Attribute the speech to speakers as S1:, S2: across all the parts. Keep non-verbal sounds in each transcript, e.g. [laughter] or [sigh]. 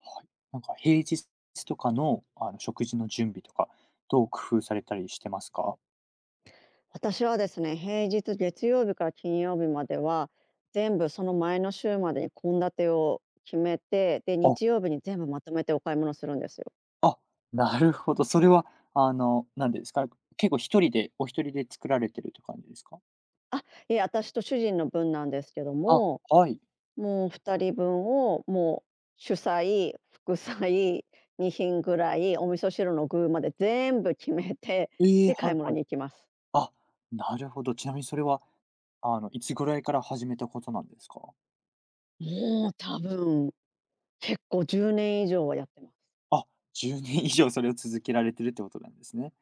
S1: はい。なんか平日とかの、食事の準備とか、どう工夫されたりしてますか？
S2: 私はですね、平日月曜日から金曜日までは、全部その前の週までに献立を決めて、で、
S1: あ、
S2: 日曜日に全部まとめてお買い物するんですよ。
S1: あ、なるほど。それは、なんでですか、結構一人でお一人で作られてるって感じですか？
S2: あ、いえ、私と主人の分なんですけど
S1: あ、
S2: も、
S1: はい。
S2: もう2人分をもう主菜、副菜 [laughs]、2品ぐらい、お味噌汁の具まで全部決めて、
S1: ええ、
S2: で、買
S1: は
S2: い
S1: い
S2: 物
S1: はい。
S2: に行きます。
S1: あ、なるほど。ちなみにそれは、いつぐらいから始めたことなんですか？
S2: もう多分結構10年以上はやってます。
S1: あ、10年以上それを続けられてるってことなんですね。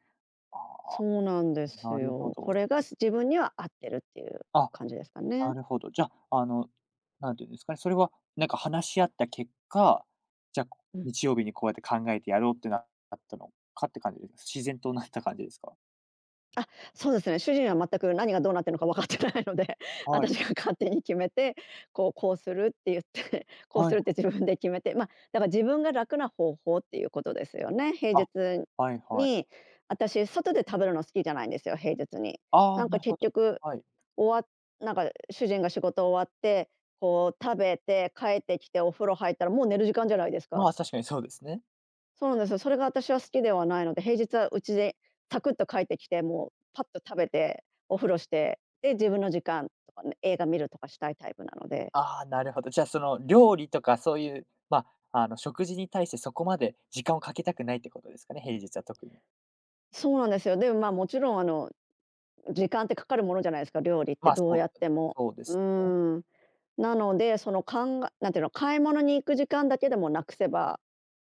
S1: あ
S2: そうなんで
S1: あ、
S2: す
S1: なるほ
S2: よ。こ
S1: ど。
S2: れが自分には合ってるっていう
S1: あ、
S2: 感じですかね。
S1: なるほど。じゃあ、なんていうんですかね、それは、なんか話し合った結果、じゃあ、
S2: うん。
S1: 日曜日にこうやって考えてやろうってなったのかって感じですか？自然となった感じですか？
S2: あ、そうですね、主人は全く何がどうなってるのか分かってないので、[laughs]
S1: はい。
S2: 私が勝手に決めて、こうこうするって言って、[laughs] こう
S1: は
S2: す
S1: い
S2: る
S1: は
S2: って自
S1: い。
S2: 分で決めて、ま、だから自分が楽な方法っていうことですよね。平
S1: あ、
S2: 日
S1: はいはい。
S2: に、私外で食べるの好きじゃないんですよ、平日に。
S1: ああ、
S2: なんか
S1: なるほ
S2: 結
S1: ど。
S2: 局、
S1: はい。
S2: 終わっなんか主人が仕事終わって、こう食べて帰ってきてお風呂入ったらもう寝る時間じゃないです
S1: ま
S2: か。
S1: あ、確かにそうですね。
S2: そうなんですよ。それが私は好きではないので、平日はうちでサクッと帰ってきて、もうパッと食べて、お風呂して、で、自分の時間とかね、映画見るとかしたいタイプなので。
S1: ああ、なるほど。じゃあ、その料理とかそういう、まあ、食事に対してそこまで時間をかけたくないってことですかね、平日は特に。
S2: そうなんですよ。でも、まあ、もちろん時間ってかかるものじゃないですか、料理って
S1: まあ、そ
S2: どう
S1: う
S2: やっても。
S1: そうで
S2: う
S1: すね。
S2: ーん。なので、その考えなんていうの、買い物に行く時間だけでもなくせば、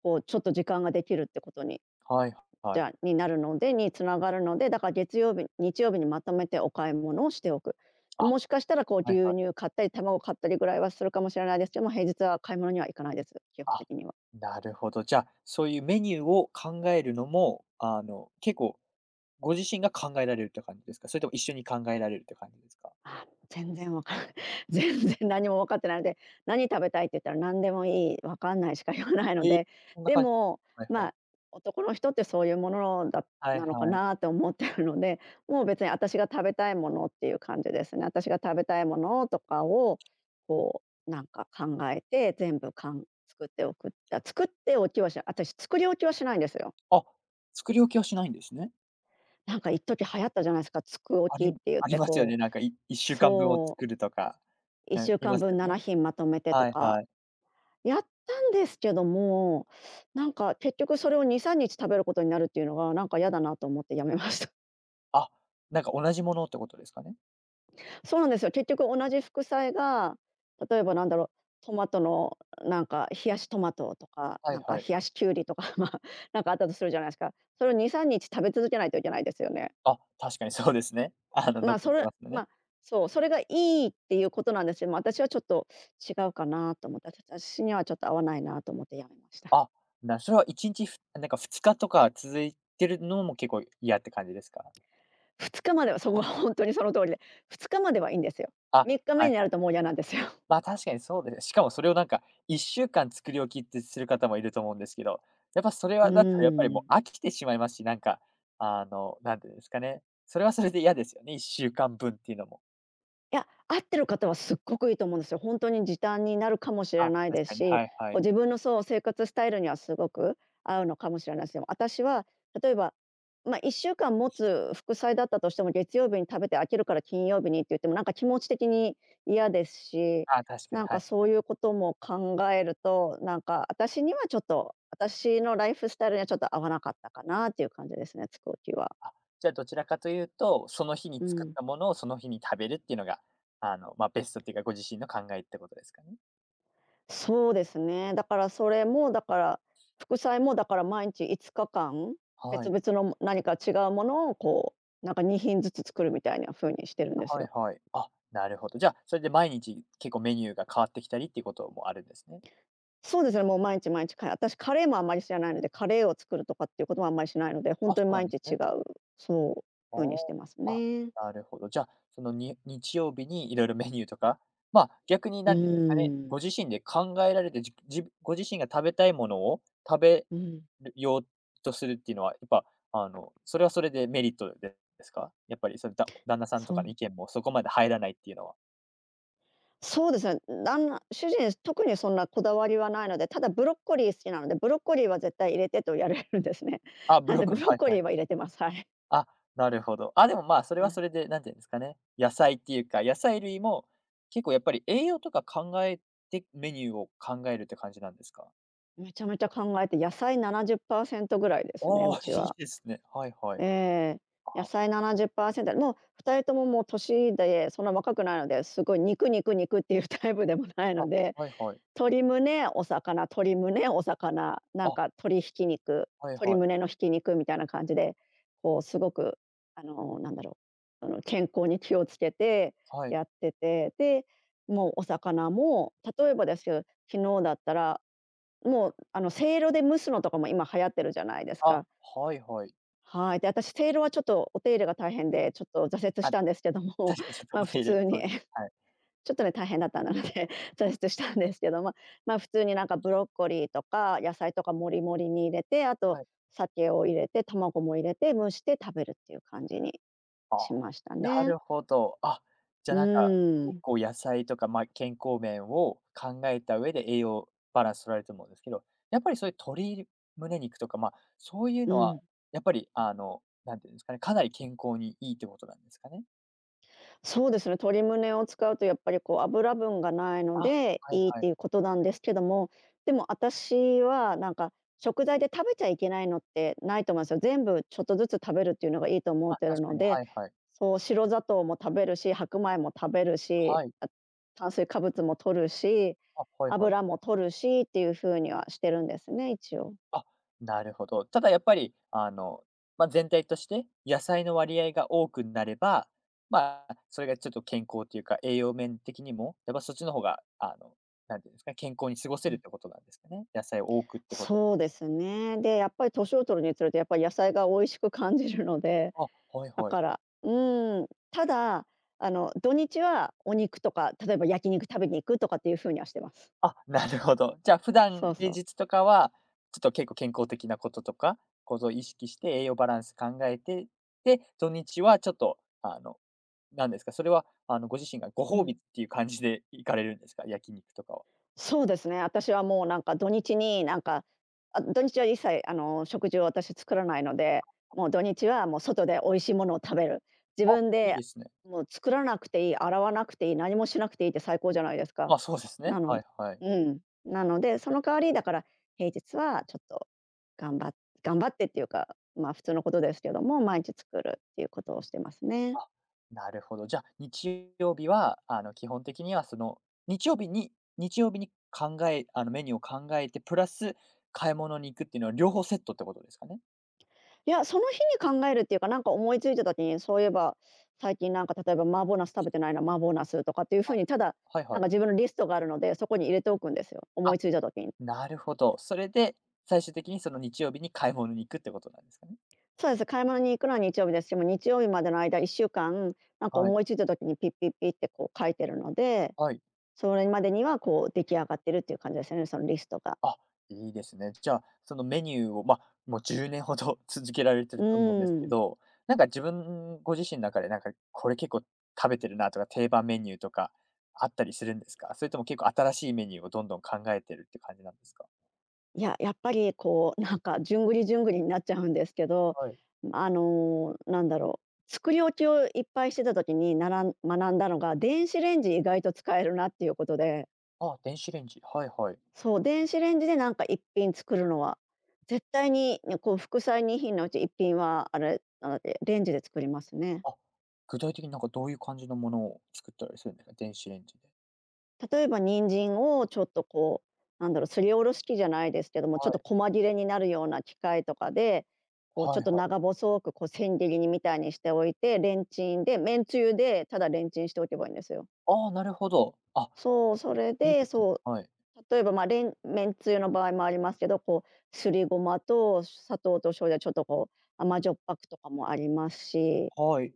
S2: こうちょっと時間ができるってことに
S1: はい
S2: じ
S1: はい。
S2: ゃになるのでに繋がるので、だから月曜日、日曜日にまとめてお買い物をしておく。
S1: あ、
S2: もしかしたらこう
S1: はい
S2: 牛
S1: はい。
S2: 乳買ったり、卵買ったりぐらいはするかもしれないですけども、平日は買い物には行かないです、基本
S1: あ、
S2: 的には。
S1: なるほど。じゃあ、そういうメニューを考えるのも、結構ご自身が考えられるって感じですか？それとも一緒に考えられるって感じですか？
S2: あ、全然わからない。[laughs] 全然何も分かってないので、「何食べたい？」って言ったら「何でもいい、わかんない」しか言わないの
S1: ええ、
S2: で、
S1: そん
S2: [laughs]
S1: な
S2: で
S1: 感じ [laughs]
S2: も、
S1: はいは
S2: ま
S1: い。
S2: あ、男の人ってそういうものだ
S1: はい
S2: なのか
S1: はい。
S2: なと思ってるので、もう別に私が食べたいものっていう感じですね。私が食べたいものとかを、こう、なんか考えて、全部かん作っておきはしない私作り置きはしないんですよ。
S1: あ、作り置きはしないんですね。
S2: なんか一時流行ったじゃないですか、作置
S1: あ
S2: き
S1: り
S2: っ
S1: [laughs]
S2: て言っ
S1: あり
S2: て
S1: ますよ
S2: こ
S1: ね、
S2: う
S1: なんか1週間分を
S2: そ
S1: 作るとか、
S2: う1
S1: ね、
S2: 週
S1: い
S2: 間
S1: ます
S2: 分
S1: よね。
S2: 7品まとめてと
S1: はい
S2: か、
S1: はい。
S2: やったんですけども、なんか結局それを2、3日食べることになるっていうのがなんか嫌だなと思ってやめました。
S1: あ、なんか同じものってことですかね？
S2: [laughs] そうなんですよ。結局同じ副菜が、例えばなんだろう、トマトのなんか冷やしトマトとか、
S1: はい
S2: なんか
S1: は
S2: 冷
S1: い。
S2: やしきゅうりとか [laughs]、まあ、なんかあったとするじゃないですか。それを2、3日食べ続けないといけないですよね。
S1: あ、確かにそうですね。[laughs]
S2: まあ、
S1: 残
S2: そ
S1: って
S2: れ
S1: ます
S2: ま
S1: ね。
S2: あ、そう、それがいいっていうことなんですけども、私はちょっと違うかなと思って、私にはちょっと合わないなと思ってやめました。
S1: あ、それは1日なんか2日とか続いてるのも結構嫌って感じですか？
S2: 2日までは、そこは本当にその通りで、2日まではいいんですよ。
S1: あ、
S2: 3日目
S1: はい
S2: にな
S1: は
S2: る
S1: い。
S2: ともう嫌なんですよ。
S1: まあ、確かにそうですね。しかもそれをなんか1週間作り置きってする方もいると思うんですけど、やっぱそれ
S2: う
S1: はだとやっぱり
S2: ー
S1: も
S2: ん。
S1: う飽きてしまいますし、なんか、なんていうんですかね、それはそれで嫌ですよね、1週間分っていうのも。
S2: いや、合ってる方はすっごくいいと思うんですよ。本当に時短になるかもしれ
S1: あ、
S2: ないで
S1: 確
S2: す
S1: かに、
S2: し、
S1: はいは
S2: こう
S1: い。
S2: 自分のそう、生活スタイルにはすごく合うのかもしれないですよ。私は例えば、まあ、1週間持つ副菜だったとしても、月曜日に食べて飽きるから金曜日にって言っても、なんか気持ち的に嫌ですし、
S1: あ、確かに、
S2: なん
S1: は
S2: か
S1: い
S2: そ
S1: は
S2: う
S1: い。
S2: いうことも考えると、なんか私にはちょっと、私のライフスタイルにはちょっと合わなかったかなっていう感じですね、つくおきは。
S1: あ、じゃあどちらかというと、その日に
S2: う
S1: 作っ
S2: ん。
S1: たものをその日に食べるっていうのが、まあ、ベストっていうか、ご自身の考えってことですかね？
S2: そうですね。だからそれもだから副菜もだから毎日5日間
S1: は
S2: 別
S1: い。
S2: 々の何か違うものをこうなんか2品ずつ作るみたいな風にしてるんです
S1: はい
S2: よ。
S1: はい。あ、なるほど。じゃあ、それで毎日結構メニューが変わってきたりっていうこともあるんですね。
S2: そうですね、もう毎日毎日カレー私カレーもあんまり知らないので、カレーを作るとかっていうことはあんまりしないので、本
S1: あ、そ
S2: 当に
S1: うな
S2: 毎
S1: んで
S2: 日
S1: す
S2: 違う、
S1: ね。
S2: そう、
S1: あ
S2: 風にしてます
S1: あ。あ、
S2: ね。
S1: なるほど。じゃあ、その日曜日にいろいろメニューと
S2: う
S1: か、まあ、逆に
S2: ー
S1: なんていうんですかね、
S2: ん。
S1: ご自身で考えられて、ご自身が食べたいものを食べ
S2: うん。
S1: るようとするっていうのは、やっぱ、それはそれでメリットですか？やっぱりそれだ旦那さんと
S2: そ
S1: か
S2: う
S1: の意見もそこまで入らないっていうのは。
S2: そうですね。主人、特にそんなこだわりはないので、ただブロッコリー好きなので、ブロッコリーは絶対入れてと言われるんですね。
S1: あ、
S2: [laughs] な
S1: ブ
S2: ん
S1: ロッ
S2: で
S1: コ
S2: ブ
S1: リー、
S2: ロッ
S1: はい
S2: コリ
S1: はい。
S2: ーは入れてます。はい。
S1: あ、なるほど。あ、でも、まあ、それ
S2: は
S1: はそ
S2: い。
S1: れで、なんていうんですかね、野菜っていうか、野菜類も結構やっぱり栄養とか考えてメニューを考えるって感じなんですか？
S2: めちゃめちゃ考えて、野菜70%ぐらいですね、
S1: あ
S2: う
S1: あ、
S2: ち
S1: [laughs] いい
S2: は。
S1: ですね。はいはい。
S2: ええ。野
S1: あ、
S2: 菜70%、もう2人とももう年でそんな若くないので、すごい肉肉肉っていうタイプでもない
S1: あ、
S2: ので、
S1: はいはい。
S2: 鶏胸、お魚、鶏胸、お魚、なん
S1: あ、
S2: か鶏ひき肉、
S1: はい
S2: 鶏
S1: はい。
S2: 胸のひき肉みたいな感じで、こうすごく、なんだろう、健康に気をつけて
S1: はい。
S2: やってて、で、もうお魚も、例えばですけど、昨日だったら、もう、せいろで蒸すのとかも今流行ってるじゃないです
S1: あ、
S2: か。
S1: はいはい。
S2: はい。で、私せいろはちょっとお手入れが大変で、ちょっと挫折
S1: あ、
S2: したんですけども
S1: 確かにちょ
S2: [laughs]、
S1: っと
S2: ま
S1: お
S2: あ普
S1: 手入れ、
S2: 通
S1: そ
S2: に
S1: うです。はい。
S2: ちょっとね、大変だったので [laughs]、挫折したんですけど、まあまあ、普通になんかブロッコリーとか野菜とかもりもりに入れて、あと
S1: はい。
S2: 酒を入れて、卵も入れて蒸して食べるっていう感じに
S1: ああ、
S2: しました
S1: な
S2: ね。
S1: るほど。あ、じゃ、
S2: う
S1: なんか、結
S2: ん。
S1: 構野菜とか、まあ、健康面を考えた上で栄養バランス取られると思うんですけど、やっぱりそういう鶏胸肉とか、まあ、そういう
S2: う
S1: のは
S2: ん。
S1: やっぱり、なんていうんですかね、かなり健康にいいってことなんですかね？
S2: そうですね、鶏胸を使うとやっぱりこう油分がないの
S1: あ、は
S2: で
S1: い
S2: いいっ
S1: は
S2: て
S1: い。
S2: いうことなんですけども、でも私はなんか食材で食べちゃいけないのってないと思うんですよ。全部ちょっとずつ食べるっていうのがいいと思
S1: ま
S2: っ
S1: あ、
S2: てる
S1: 確か
S2: の
S1: に、
S2: で、
S1: はいはい。
S2: そう白砂糖も食べるし、白米も食べるし、
S1: はい。
S2: あ炭水化物も取るし、
S1: あ、はいはい。
S2: 油も取るしっていう風にはしてるんですね、一応。
S1: あ、なるほど。ただやっぱり、まあ、全体として野菜の割合が多くなれば、まあ、それがちょっと健康というか、栄養面的にも、やっぱそっちの方が、なんていうんですか、健康に過ごせ
S2: う
S1: るっ
S2: ん。
S1: てことなんですかね。野菜多くってこと。
S2: そうですね。で、やっぱり年を取るにつれてやっぱり野菜が美味しく感じるので、
S1: あ、はい
S2: だ
S1: はい。
S2: から、うーん、ただ、土日はお肉とか、例えば焼肉食べに行くとかっていう風にはしてます。
S1: あ、なるほど。じゃあ普段、
S2: そう
S1: 平
S2: そう。
S1: 日とかは、ちょっと結構健康的なこととか、ことを意識して栄養バランス考えて、で、土日はちょっと、なんですか、それは、ご自身がご
S2: う
S1: 褒
S2: ん。
S1: 美っていう感じで行かれるんですか？焼肉とかは。
S2: そうですね。私はもうなんか土日になんか、あ、土日は一切食事を私作らないので、もう土日はもう外で美味しいものを食べる。自
S1: あ、
S2: 分
S1: いい
S2: で
S1: ですね。
S2: もう作らなくていい、洗わなくていい、何もしなくていいって最高じゃないですか。
S1: あ、そうですね。
S2: なの
S1: はいはい。
S2: うん。なので、その代わりだから平日はちょっと頑張っ頑張ってっていうか、まあ普通のことですけども、毎日作るっていうことをしてますね。
S1: あ、なるほど。じゃあ、日曜日は、基本的にはその、日曜日に日曜日に考えメニューを考えて、プラス買い物に行くっていうのは両方セットってことですかね？
S2: いや、その日に考えるっていうか、なんか思いついた時に、そういえば、最近なんか例えば麻婆ナス食べてないな、麻婆ナスとかっていうふう
S1: あ、
S2: に、ただ、
S1: はい
S2: な
S1: は
S2: ん
S1: い。
S2: か自分のリストがあるので、そこに入れておくんですよ、思
S1: あ、
S2: いついた時に。
S1: なるほど。それで、最終的にその日曜日に買い物に行くってことなんですかね？
S2: そうです、買い物に行くのは日曜日ですし、もう日曜日までの間1週間、なんか
S1: はい、
S2: 思いついた時にピッピッピッってこう書いてるので、
S1: はい。
S2: それまでにはこう出来上がってるっていう感じですよね、そのリストが。
S1: あ、いいですね。じゃあ、そのメニューを、まあ、もう10年ほど [laughs] 続けられて
S2: う
S1: ると思うんです
S2: ー
S1: け
S2: ん。
S1: ど、なんかご自身の中で、なんかこれ結構食べてるなとか、定番メニューとかあったりするんですか？それとも結構新しいメニューをどんどん考えてるって感じなんですか？
S2: いや、やっぱりこう、なんかじゅんぐりじゅんぐりになっちゃうんですけど、
S1: はい。
S2: なんだろう、作り置きをいっぱいしてた時にならん学んだのが、電子レンジ意外と使えるなっていうことで、
S1: あ、電子レンジ。はいはい。
S2: そう、電子レンジでなんか一品作るのは、絶対にね、こう副菜二品のうち一品はあれ、レンジで作りますね。
S1: あ、具体的になんかどういう感じのものを作ったりするんですか？電子レンジで。
S2: 例えば人参をちょっとこう、なんだろう、すりおろし器じゃないですけども、ちょっ
S1: は
S2: と
S1: い。
S2: 細切れになるような機械とかで、こうちょ
S1: は
S2: っ
S1: い
S2: と
S1: は
S2: 長
S1: い。
S2: 細くこう千切りにみたいにしておいて、レンチンで、めんつゆでただレンチンしておけばいいんですよ。
S1: ああ、なるほど。あ、
S2: そう、それ
S1: いい
S2: で、
S1: ですね。
S2: そう、
S1: はい。
S2: 例えば、まあ、めんつゆの場合もありますけど、こうすりごまと砂糖と醤油でちょっとこう甘じょっぱくとかもありますし。
S1: はい。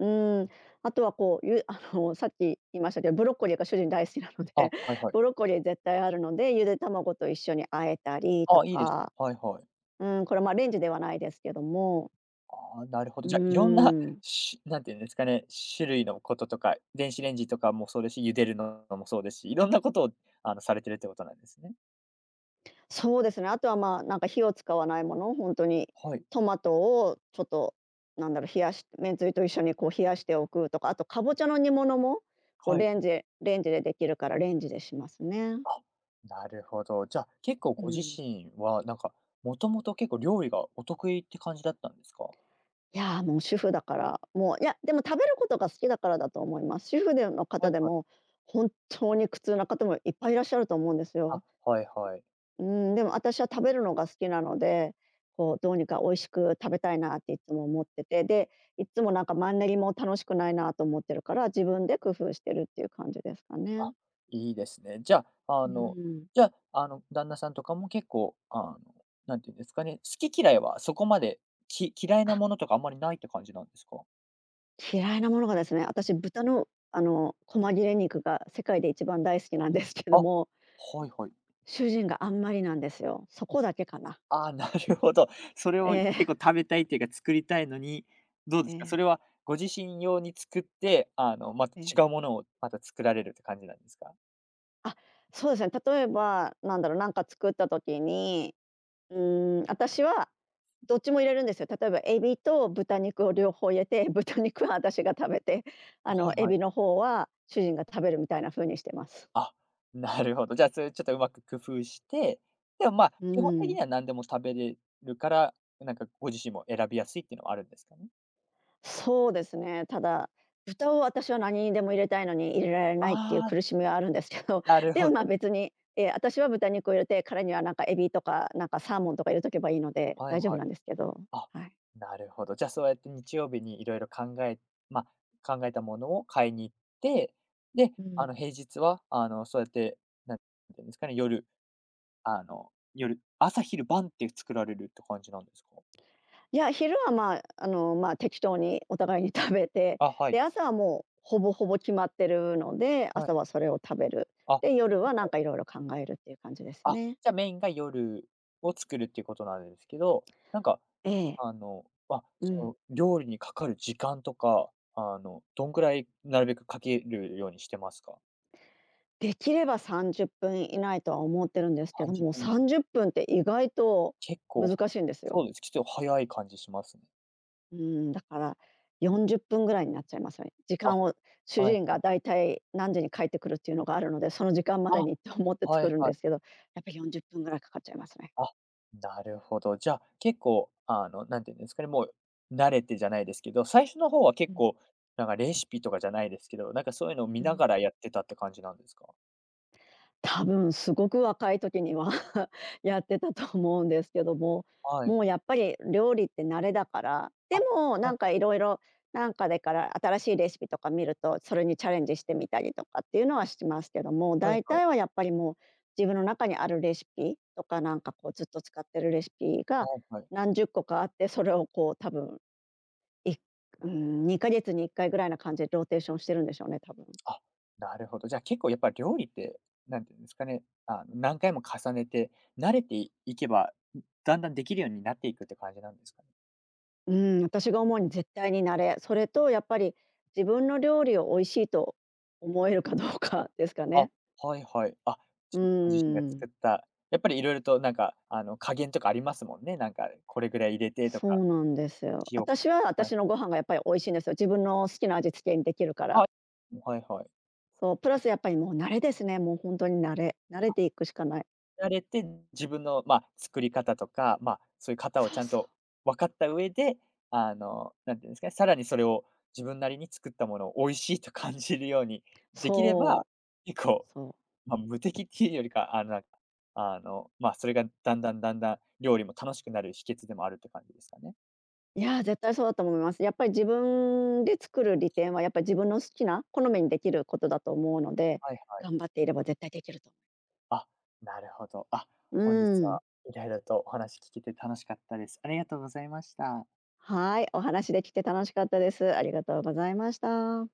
S2: うーん、あとはこう、[laughs] さっき言いましたけど、ブロッコリーが主人大好きなので
S1: あ、はい
S2: [laughs]、
S1: はい。
S2: ブロッコリー絶対あるので、ゆで卵と一緒に和えたりと
S1: あ、いいですね。
S2: か、
S1: はいはい。
S2: うん、これ、ま、レンジではないですけども、
S1: ああ、なるほ
S2: う
S1: ど。
S2: ー
S1: じゃ、あいろんな、
S2: ん、
S1: なんていうんですかね、種類のこととか、電子レンジとかもそうですし、茹でるのもそうですし、いろんなことを、されてるってことなんですね。
S2: そうですね、あとは、まあ、なんか火を使わないもの、ほんに
S1: はい、
S2: トマトをちょっと、なんだろう、冷やしめんつゆと一緒にこう冷やしておくとか、あとかぼちゃの煮物も、こう
S1: はい。
S2: レンジでできるからレンジでしますね。
S1: あ、なるほど。じゃ、あ結構
S2: う
S1: ご自
S2: ん。
S1: 身は、なんか、もともと結構料理がお得意って感じだったんですか？
S2: いやー、もう主婦だから、もう、いや、でも食べることが好きだからだと思います。主婦での
S1: は
S2: 方
S1: い
S2: で
S1: は
S2: も、
S1: い。
S2: 本当に苦痛な方もいっぱいいらっしゃると思うんです
S1: あ、
S2: よ。
S1: はいはい。
S2: うん、でも私は食べるのが好きなので、こうどうにか美味しく食べたいなっていつも思ってて、で、いつもなんかマンネリも楽しくないなと思ってるから、自分で工夫してるっていう感じですか
S1: あ、
S2: ね。
S1: いいですね。じゃあ、あ
S2: う
S1: の、
S2: ん。
S1: じゃあ、あの、旦那さんとかも結構、なんていうんですかね、好き嫌いはそこまで、嫌いな
S2: あ、
S1: ものとかあんまりないって感じなんですか？
S2: 嫌いなものがですね、私豚の細切れ肉が世界で一番大好きなんですけど
S1: あ、
S2: も、
S1: はいはい。
S2: 主人があんまりなんですよ。そこだけかな。
S1: ああ、なるほど。それを
S2: ええ
S1: 結構
S2: [laughs]、
S1: 食べたいっていうか、作りたいのに、どうで
S2: え
S1: すか？
S2: え、
S1: それはご自身用に作って、また
S2: ええ。
S1: 違うものをまた作られるって感じなんですか？
S2: [laughs] あ、そうですね。例えば、なんだろう、なんか作った時に、私はどっちも入れるんですよ。例えばエビと豚肉を両方入れて、[laughs] 豚肉は私が食べて、
S1: はい
S2: エ
S1: はい。
S2: ビの方は主人が食べるみたいな風にしてます。
S1: あ、[laughs] なるほど。じゃあ、それちょっとうまく工夫して、でも、まあ、
S2: う
S1: 基本的
S2: ん。
S1: には何でも食べれるから、なんかご自身も選びやすいっていうのはあるんですかね？
S2: そうですね。ただ、豚を私は何にでも入れたいのに入れられないっていう
S1: ああ、
S2: 苦しみはあるんですけど、
S1: な
S2: [laughs]
S1: る
S2: で
S1: ほ
S2: もまあ
S1: ど。
S2: 別に、私は豚肉を入れて、彼にはなんかエビとか、なんかサーモンとか入れとけばいいので、
S1: はい
S2: 大丈夫
S1: はい。
S2: なんですけど。
S1: あ、
S2: はい。
S1: なるほど。じゃあ、そうやって日曜日にいろいろまあ、考えたものを買いに行って、で、
S2: うん。
S1: 平日は、そうやって、なんていうんですかね、夜、あの、夜朝昼晩って作られるって感じなんですか？
S2: いや、昼はまあ、まあ、適当にお互いに [laughs] 食べて、
S1: あ、は
S2: で、
S1: い。
S2: 朝はもうほぼほぼ決まってるので、
S1: は
S2: 朝は
S1: い。
S2: それを食べる。
S1: あ、はい。
S2: で、夜はなんかいろいろ考えるっていう感じです
S1: あ、
S2: ね。
S1: じゃ、メインが夜を作るっていうことなんですけど、なんか、
S2: ええ、
S1: ま、
S2: う
S1: そ
S2: ん。
S1: の、料理にかかる時間とか、どんくらいなるべくかけるようにしてますか
S2: できれば30分以内とは思ってるんですけ
S1: さ
S2: ど
S1: んじゅっ
S2: も、
S1: ぷんぐらい。
S2: 30分っぷんって意外と
S1: 結構、
S2: 難しいんですよ。
S1: そうです。ちょっと早い感じしますね。
S2: うん、だから40分ぐらいになっちゃいますね。時
S1: あ、
S2: 間を、主
S1: はい
S2: 人
S1: は
S2: が
S1: い。
S2: だいたい何時に帰ってくるっていうのがあるので、その時間まで
S1: あ、
S2: にと思って
S1: は
S2: 作
S1: い
S2: るん
S1: は
S2: で
S1: い。
S2: すけど、やっぱ40分ぐらいかかっちゃいますね。
S1: あ、なるほど。じゃ、結構、なんていうんですかね、もう慣れてじゃないですけど、最初の方は
S2: う
S1: 結
S2: ん、
S1: 構、なんかレシピとかじゃないですけど、なんかそういうのを見
S2: う
S1: な
S2: ん。
S1: がらやってたって感じなんですか？
S2: 多分すごく若い時には [laughs] やってたと思うんですけども、
S1: はい。
S2: もうやっぱり料理って慣れだから。で
S1: あ、
S2: もな
S1: は
S2: ん
S1: い
S2: かいろいろ、なんかでから新しいレシピとか見るとそれにチャレンジしてみたりとかっていうのはしますけども、
S1: はい
S2: 大
S1: はい。
S2: 体はやっぱりもう自分の中にあるレシピとか、なんかこうずっと使ってるレシピが
S1: はいはい。
S2: 何十個かあって、それをこう多分いうん2ヶ月に1回ぐらいな感じでローテーションしてるんでしょうね、多分。
S1: あ、なるほど。じゃあ結構やっぱ料理って、なんていうんですかね、何回も重ねて、慣れていいけば、だんだんできるようになっていくって感じなんですかね？
S2: うん、私が思うに絶対に慣れ、それとやっぱり自分の料理を美味しいと思えるかどうか [laughs] ですか
S1: あ、
S2: ね。
S1: はいはい。あ、
S2: う
S1: 自分自身が
S2: ん、
S1: 作った、やっぱり色々となんか、加減とかありますもんね。なんかこれぐらい入れてと
S2: そ
S1: か、
S2: うなんですよ。
S1: 塩は
S2: 私は
S1: いはい。
S2: 私のご飯がやっぱり美味しいんですよ。自分の好きな味付けにできるか
S1: あ、
S2: ら。
S1: はいはい。
S2: そう、プラスやっぱりもう慣れですね。もう本当に慣れ。慣れていくしかない。
S1: られて、自分の、まあ、作り方とか、まあ、そういう型を
S2: そ
S1: ち
S2: う
S1: ゃん
S2: そう。
S1: と分かった上で、なんていうんですかね、さらにそれを自分なりに作ったものを美味しいと感じるようにできれば、
S2: そ
S1: 結
S2: う、
S1: 構、
S2: そう。
S1: まあ、無敵っていうよりか、まあ、それがだんだんだんだん料理も楽しくなる秘訣でもあるって感じですかね。
S2: いやー、絶対そうだと思います。やっぱり自分で作る利点はやっぱり自分の好きな好みにできることだと思うので、
S1: はいはい。
S2: 頑張っていれば絶対できると思
S1: あ、なるほど。あ、
S2: う。う
S1: 本日
S2: ん。
S1: はいろいろとお話聞けて楽しかったです。ありがとうございました。
S2: はい、お話できて楽しかったです。ありがとうございました。